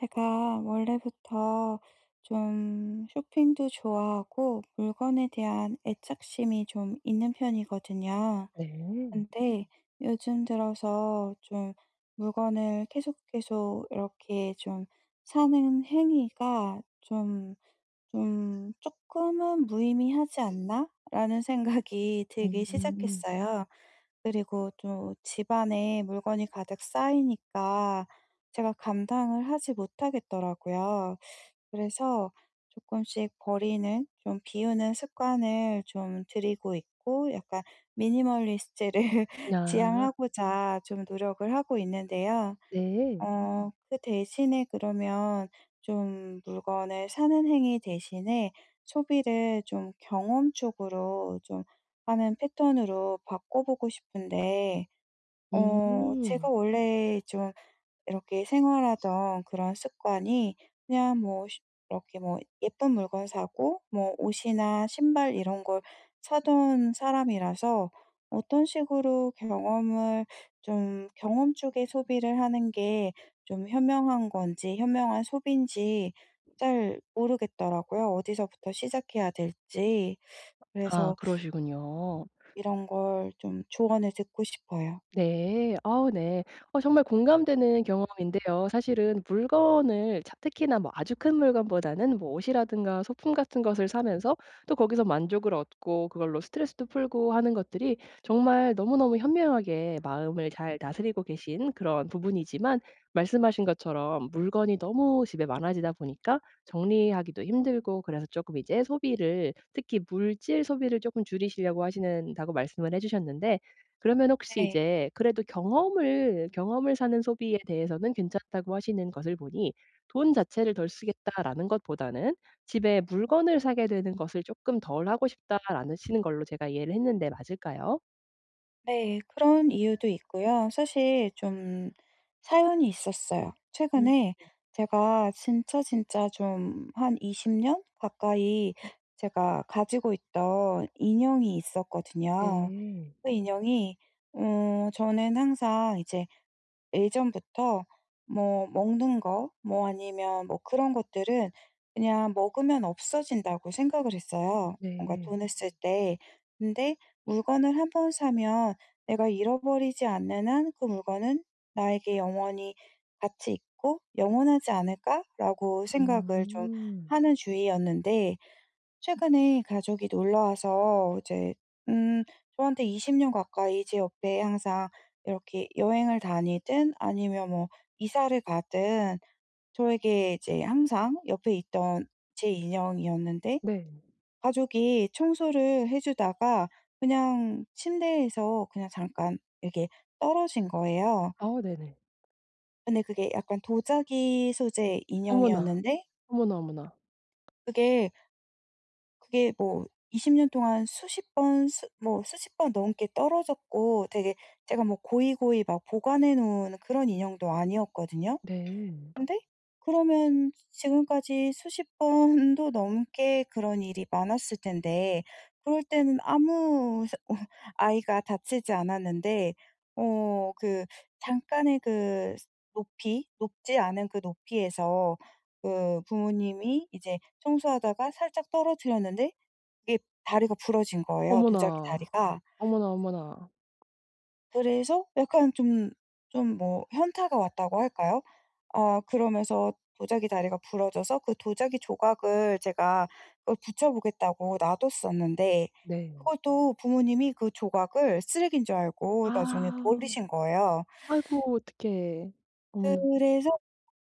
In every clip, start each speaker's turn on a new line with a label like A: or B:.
A: 제가 원래부터 좀 쇼핑도 좋아하고 물건에 대한 애착심이 좀 있는 편이거든요.
B: 네.
A: 근데 요즘 들어서 좀 물건을 계속 계속 이렇게 좀 사는 행위가 좀 '조금은 무의미하지 않나?'라는 생각이 들기
B: 음.
A: 시작했어요. 그리고 또 집안에 물건이 가득 쌓이니까 제가 감당을 하지 못하겠더라고요. 그래서 조금씩 버리는 좀 비우는 습관을 좀 들이고 있고 약간 미니멀리스트를
B: 아.
A: 지향하고자 좀 노력을 하고 있는데요.
B: 네.
A: 그 대신에 그러면 좀 물건을 사는 행위 대신에 소비를 좀 경험 쪽으로 좀 하는 패턴으로 바꿔 보고 싶은데
B: 음.
A: 제가
B: 음.
A: 원래 좀 이렇게 생활하던 그런 습관이 그냥 뭐 쉬 이렇게 뭐 예쁜 물건 사고 뭐 옷이나 신발 이런 걸 사던 사람이라서 어떤 식으로 경험을 좀 경험 쪽에 소비를 하는 게 좀 현명한 건지 현명한 소비인지 잘 모르겠더라고요, 어디서부터 시작해야 될지.
B: 아
A: 그래서
B: 그러시군요.
A: 이런 걸 좀 조언을 듣고 싶어요.
B: 네. 아 네. 정말 공감되는 경험인데요. 사실은 물건을 특히나 뭐 아주 큰 물건보다는 뭐 옷이라든가 소품 같은 것을 사면서 또 거기서 만족을 얻고 그걸로 스트레스도 풀고 하는 것들이 정말 너무너무 현명하게 마음을 잘 다스리고 계신 그런 부분이지만 말씀하신 것처럼 물건이 너무 집에 많아지다 보니까 정리하기도 힘들고, 그래서 조금 이제 소비를 특히 물질 소비를 조금 줄이시려고 하시는다고 말씀을 해 주셨는데, 그러면 혹시
A: 네.
B: 이제 그래도 경험을 사는 소비에 대해서는 괜찮다고 하시는 것을 보니 돈 자체를 덜 쓰겠다라는 것보다는 집에 물건을 사게 되는 것을 쪼끔 덜 하고 싶다라는 시는 걸로 제가 이해를 했는데 맞을까요?
A: 네, 그런 이유도 있고요. 사실 좀 사연이 있었어요.
B: 음.
A: 최근에 제가 진짜 진짜 좀 한 20년 가까이 제가 가지고 있던 인형이 있었거든요.
B: 네.
A: 그 인형이, 저는 항상 이제 예전부터 뭐 먹는 거 뭐 아니면 뭐 그런 것들은 그냥 먹으면 없어진다고 생각을 했어요, 뭔가
B: 네.
A: 돈을 쓸 때. 근데 물건을 한번 사면 내가 잃어버리지 않는 한 그 물건은 '나에게 영원히 가치 있고 영원하지 않을까?'라고 생각을 좀
B: 음.
A: 하는 주의였는데, 최근에 가족이 놀러 와서 이제 음 저한테 20년 가까이 제 옆에 항상 이렇게 여행을 다니든 아니면 뭐 이사를 가든 저에게 이제 항상 옆에 있던 제 인형이었는데,
B: 네.
A: 가족이 청소를 해 주다가 그냥 침대에서 그냥 잠깐 이렇게 떨어진 거예요.
B: 아 네네.
A: 근데 그게 약간 도자기 소재
B: 어머나.
A: 인형이었는데,
B: 어머나, 어머나.
A: 그게 그게 뭐 20년 동안 수십 번, 수 뭐 수십 번 넘게 떨어졌고, 되게 제가 뭐 고이고이 막 보관해 놓은 그런 인형도 아니었거든요.
B: 네.
A: 근데 그러면 지금까지 수십 번도 넘게 그런 일이 많았을 텐데 그럴 때는 아무 아이가 다치지 않았는데, 그 잠깐의 그 높이 높지 않은 그 높이에서 그 부모님이 이제 청소하다가 살짝 떨어뜨렸는데 이게 다리가 부러진 거예요, 도자기
B: 어머나.
A: 다리가.
B: 어머나, 어머나.
A: 그래서 약간 좀 뭐 현타가 왔다고 할까요? 아, 그러면서 도자기 다리가 부러져서 그 도자기 조각을 제가 그걸 붙여 보겠다고 놔뒀었는데,
B: 네.
A: 그것도 부모님이 그 조각을 쓰레기인 줄 알고 나중에
B: 아.
A: 버리신 거예요.
B: 아이고 어떡해. 어머나.
A: 그래서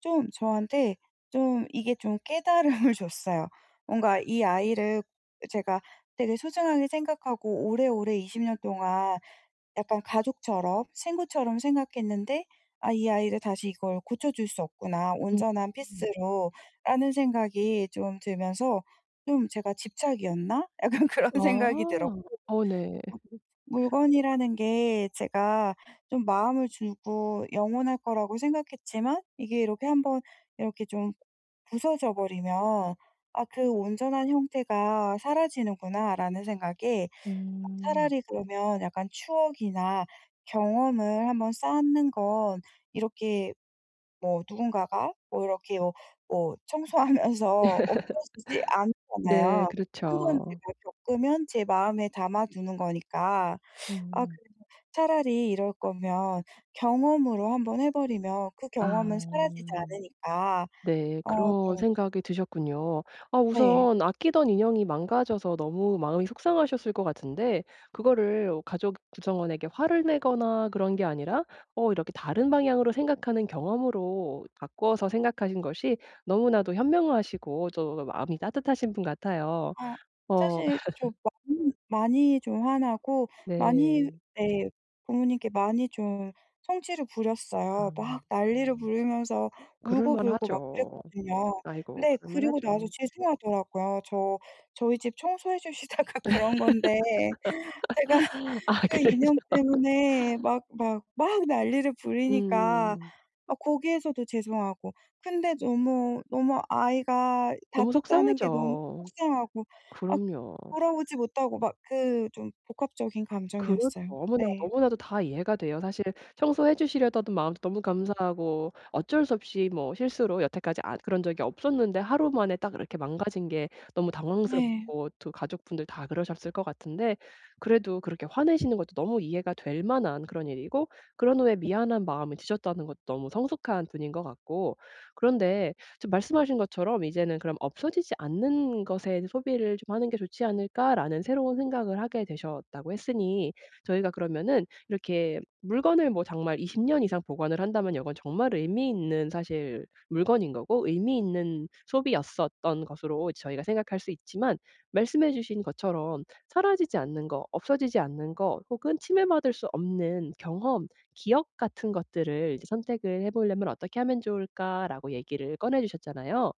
A: 좀 저한테 좀 이게 좀 깨달음을 줬어요. 뭔가 이 아이를 제가 되게 소중하게 생각하고 오래오래 20년 동안 약간 가족처럼 친구처럼 생각했는데, '아, 이 아이를 다시 이걸 고쳐줄 수 없구나.
B: 음.
A: 온전한
B: 음.
A: 피스로.'라는 생각이 좀 들면서 '좀 제가 집착이었나?' 약간 그런 생각이
B: 아.
A: 들었고,
B: 어 네.
A: 물건이라는 게 제가 좀 마음을 주고 영원할 거라고 생각했지만 이게 이렇게 한번 이렇게 좀 부서져 버리면 '아, 그 온전한 형태가 사라지는구나.'라는 생각에,
B: 음.
A: 차라리 그러면 약간 추억이나 경험을 한번 쌓는 건 이렇게 뭐 누군가가 뭐 이렇게 뭐, 뭐 청소하면서 없어지지
B: 네.
A: 않잖아요. 한 번
B: 그렇죠.
A: 제가 겪으면 제 마음에 담아두는 거니까. 아,
B: 음.
A: 그래서 차라리 이럴 거면 경험으로 한번 해 버리면 그
B: 아.
A: 경험은 사라지지 않으니까.
B: 네. 그런
A: 좀.
B: 생각이 드셨군요. 아,
A: 네.
B: 우선 아끼던 인형이 망가져서 너무 마음이 속상하셨을 것 같은데, 그거를 가족 구성원에게 화를 내거나 그런 게 아니라 이렇게 다른 방향으로 생각하는 경험으로 바꿔서 생각하신 것이 너무나도 현명하시고 또 마음이 따뜻하신 분 같아요.
A: 어
B: 어
A: 사실 좀 많이 많이 좀 화나고 많이.
B: 네.
A: 네. 부모님께 많이 좀 성질을
B: 아,
A: 부렸어요. 막 난리를 부리면서 울고불고 막
B: 그럴만하죠.
A: 그랬거든요.
B: 아이고,
A: 근데 그리고 나서
B: 그럴만하죠.
A: 죄송하더라고요. "저 저희 집 청소해 주시다가 그런 건데 제가"
B: 아
A: 그
B: 그래서.
A: 인형 때문에 막 막 막 난리를 부리니까
B: 음.
A: 아 거기에서도 죄송하고, 근데 너무, 너무 아이가
B: 너무
A: 다쳤다는 게 너무
B: 속상하죠.
A: 속상하고, 아,
B: 그럼요.
A: 돌아오지 못하고 막 그 좀 복합적인
B: 그렇죠.
A: 감정이었어요.
B: 너무나
A: 네.
B: 너무나도 다 이해가 돼요. 사실 청소해 주시려던 마음도 너무 감사하고, 어쩔 수 없이 뭐 실수로 여태까지 아 그런 적이 없었는데 하루 만에 딱 이렇게 망가진 게 너무
A: 네.
B: 당황스럽고 또 가족분들 다 그러셨을 것 같은데, 그래도 그렇게 화내시는 것도 너무 이해가 될 만한 그런 일이고, 그런 후에 미안한 마음이 드셨다는 것도 너무 성숙한 분인 것 같고. 그런데 지금 말씀하신 것처럼 '이제는 그럼 없어지지 않는 것에 소비를 좀 하는 게 좋지 않을까?'라는 새로운 생각을 하게 되셨다고 했으니, 저희가 그러면은 이렇게 물건을 뭐 정말 20년 이상 보관을 한다면 이건 정말 의미 있는 사실 물건인 거고 의미 있는 소비였었던 것으로 저희가 생각할 수 있지만, 말씀해 주신 것처럼 사라지지 않는 거, 없어지지 않는 거, 혹은 침해받을 수 없는 경험, 기억 같은 것들을 이제 선택을 해 보려면 어떻게 하면 좋을까라고 얘기를 꺼내 주셨잖아요.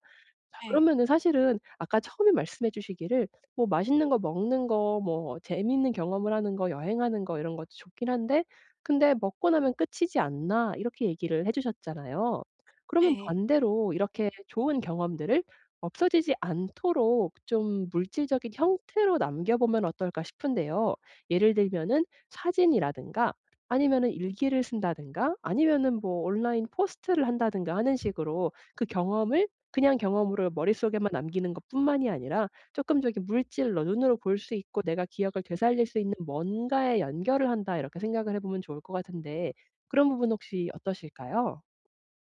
B: 자,
A: 네.
B: 그러면은 사실은 아까 처음에 말씀해 주시기를 뭐 맛있는 거 먹는 거, 뭐 재미있는 경험을 하는 거, 여행하는 거 이런 것도 좋긴 한데 "근데 먹고 나면 끝이지 않나?" 이렇게 얘기를 해 주셨잖아요. 그러면
A: 네.
B: 반대로 이렇게 좋은 경험들을 없어지지 않도록 좀 물질적인 형태로 남겨 보면 어떨까 싶은데요. 예를 들면은 사진이라든가 아니면은 일기를 쓴다든가 아니면은 뭐 온라인 포스트를 한다든가 하는 식으로 그 경험을 그냥 경험으로 머릿속에만 남기는 것뿐만이 아니라 조금 쪼끔 물질로 눈으로 볼 수 있고 내가 기억을 되살릴 수 있는 뭔가에 연결을 한다, 이렇게 생각을 해 보면 좋을 것 같은데 그런 부분 혹시 어떠실까요?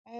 A: 어.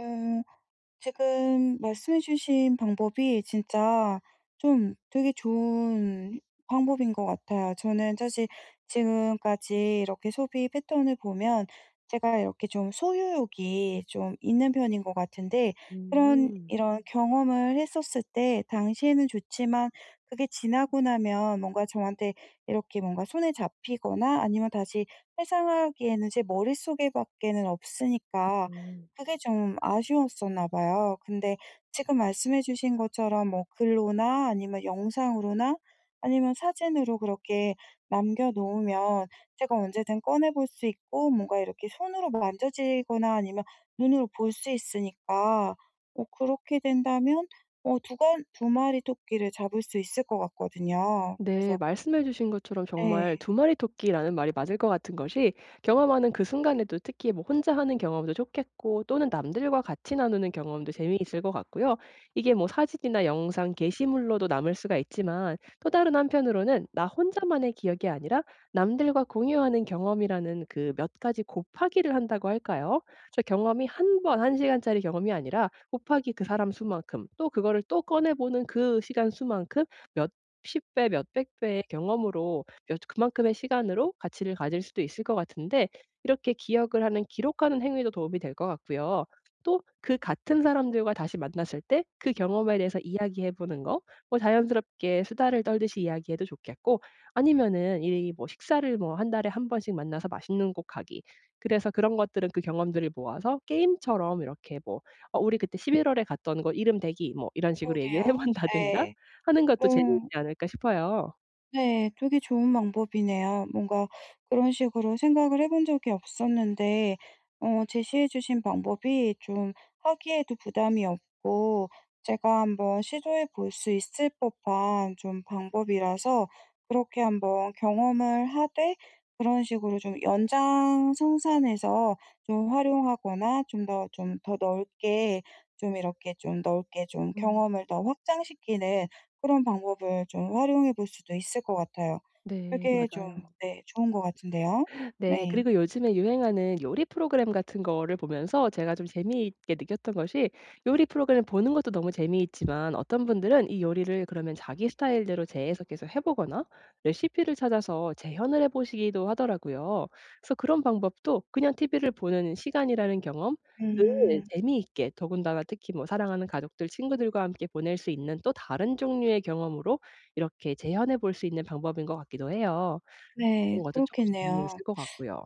A: 지금 말씀해 주신 방법이 진짜 좀 되게 좋은 방법인 것 같아요. 저는 사실 지금까지 이렇게 소비 패턴을 보면 제가 이렇게 좀 소유욕이 좀 있는 편인 것 같은데, 그런
B: 음.
A: 이런 경험을 했었을 때 당시에는 좋지만 그게 지나고 나면 뭔가 저한테 이렇게 뭔가 손에 잡히거나 아니면 다시 회상하기에는 제 머릿속에밖에는 없으니까
B: 네.
A: 그게 좀 아쉬웠었나 봐요. 근데 지금 말씀해 주신 것처럼 뭐 글로나 아니면 영상으로나 아니면 사진으로 그렇게 남겨 놓으면 제가 언제든 꺼내 볼 수 있고, 뭔가 이렇게 손으로 만져지거나 아니면 눈으로 볼 수 있으니까 그렇게 된다면 두 마리 토끼를 잡을 수 있을 것 같거든요.
B: 네,
A: 그래서.
B: 말씀해 주신 것처럼 정말
A: 네.
B: '두 마리 토끼'라는 말이 맞을 것 같은 것이, 경험하는 그 순간에도 특히 뭐 혼자 하는 경험도 좋겠고 또는 남들과 같이 나누는 경험도 재미있을 것 같고요. 이게 뭐 사진이나 영상 게시물로도 남을 수가 있지만 또 다른 한편으로는 나 혼자만의 기억이 아니라 남들과 공유하는 경험이라는, 그 몇 가지 곱하기를 한다고 할까요? 저 경험이 한 번 한 시간짜리 경험이 아니라 곱하기 그 사람 수만큼 또 그거를 또 꺼내 보는 그 시간 수만큼 몇 십 배 몇 백 배의 경험으로 몇 그만큼의 시간으로 가치를 가질 수도 있을 것 같은데, 이렇게 기억을 하는, 기록하는 행위도 도움이 될 것 같고요. 또 그 같은 사람들과 다시 만났을 때 그 경험에 대해서 이야기해 보는 거, 뭐 자연스럽게 수다를 떨듯이 이야기해도 좋겠고 아니면은 이 뭐 식사를 뭐 한 달에 한 번씩 만나서 맛있는 곳 가기. 그래서 그런 것들은 그 경험들을 모아서 게임처럼 이렇게 뭐 "어 우리 그때 11월 월에 갔던 곳 이름 대기." 뭐 이런 식으로 얘기를 해
A: 그러게요.
B: 본다든가
A: 네.
B: 하는 것도 재미있지
A: 뭐.
B: 않을까 싶어요.
A: 네. 되게 좋은 방법이네요. 뭔가 그런 식으로 생각을 해본 적이 없었는데 제시해 주신 방법이 좀 하기에도 부담이 없고 제가 한번 시도해 볼 수 있을 법한 좀 방법이라서, 그렇게 한번 경험을 하되 그런 식으로 좀 연장생산해서 좀 활용하거나 좀 더 좀 더 넓게 좀 이렇게 좀 넓게 좀
B: 음.
A: 경험을 더 확장시키는 그런 방법을 좀 활용해 볼 수도 있을 것 같아요. 음.
B: 네
A: 그게 좀,
B: 맞아요.
A: 네, 좋은 것 같은데요.
B: 네.
A: 네.
B: 그리고 요즘에 유행하는 요리 프로그램 같은 거를 보면서 제가 좀 재미있게 느꼈던 것이, 요리 프로그램 보는 것도 너무 재미있지만 어떤 분들은 이 요리를 그러면 자기 스타일대로 재해석해서 해 보거나 레시피를 찾아서 재현을 해 보시기도 하더라고요. 그래서 그런 방법도 그냥 TV를 보는 시간이라는 경험을
A: 음.
B: 재미있게, 더군다나 특히 뭐 사랑하는 가족들, 친구들과 함께 보낼 수 있는 또 다른 종류의 경험으로 이렇게 재현해 볼 수 있는 방법인 것 같기도 해요.
A: 네.
B: 그런 것도 조금
A: 그렇겠네요.
B: 재미있을 것 같고요.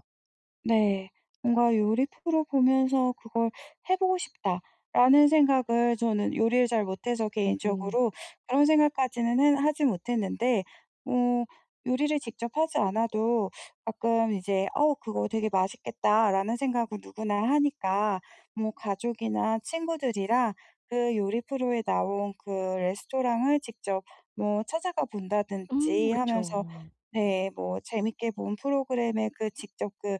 A: 네. 뭔가 요리 프로 보면서 '그걸 해 보고 싶다.'라는 생각을 저는 요리를 잘 못해서
B: 네.
A: 개인적으로 그런 생각까지는 해 하지 못했는데, 어 요리를 직접 하지 않아도 가끔 이제 '어 그거 되게 맛있겠다.'라는 생각을 누구나 하니까 뭐 가족이나 친구들이랑 그 요리 프로에 나온 그 레스토랑을 직접 뭐 찾아가 본다든지 하면서,
B: 그쵸.
A: 네, 뭐 재밌게 본 프로그램의 그 직접 그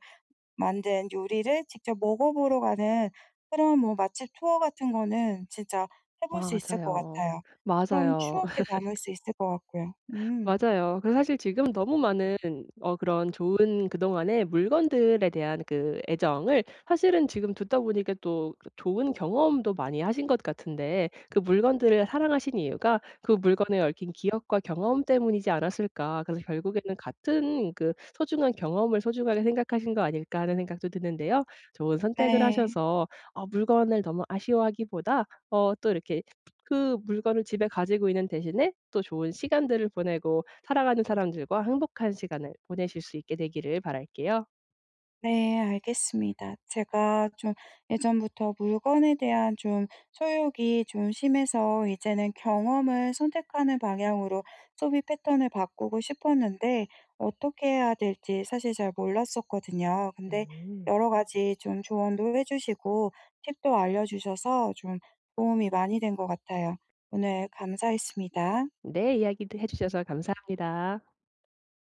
A: 만든 요리를 직접 먹어보러 가는 그런 뭐 맛집 투어 같은 거는 진짜 해볼 수 있을 것
B: 맞아요.
A: 같아요. 그럼
B: 맞아요.
A: 추억에 남을 수 있을 것 같고요. 음.
B: 맞아요. 그래서 사실 지금 너무 많은 그런 좋은 그동안의 물건들에 대한 그 애정을, 사실은 지금 듣다 보니까 또 그 좋은 경험도 많이 하신 것 같은데, 그 물건들을 사랑하신 이유가 그 물건에 얽힌 기억과 경험 때문이지 않았을까. 그래서 결국에는 같은 그 소중한 경험을 소중하게 생각하신 거 아닐까 하는 생각도 드는데요. 좋은 선택을
A: 네.
B: 하셔서 물건을 너무 아쉬워하기보다 또 이렇게 그 물건을 집에 가지고 있는 대신에 또 좋은 시간들을 보내고 사랑하는 사람들과 행복한 시간을 보내실 수 있게 되기를 바랄게요.
A: 네, 알겠습니다. 제가 좀 예전부터 물건에 대한 좀 소욕이 좀 심해서 이제는 경험을 선택하는 방향으로 소비 패턴을 바꾸고 싶었는데 어떻게 해야 될지 사실 잘 몰랐었거든요. 근데
B: 네.
A: 여러 가지 좀 조언도 해 주시고 팁도 알려 주셔서 좀 도움이 많이 된 것 같아요. 오늘 감사했습니다.
B: 네. 이야기도 해 주셔서 감사합니다.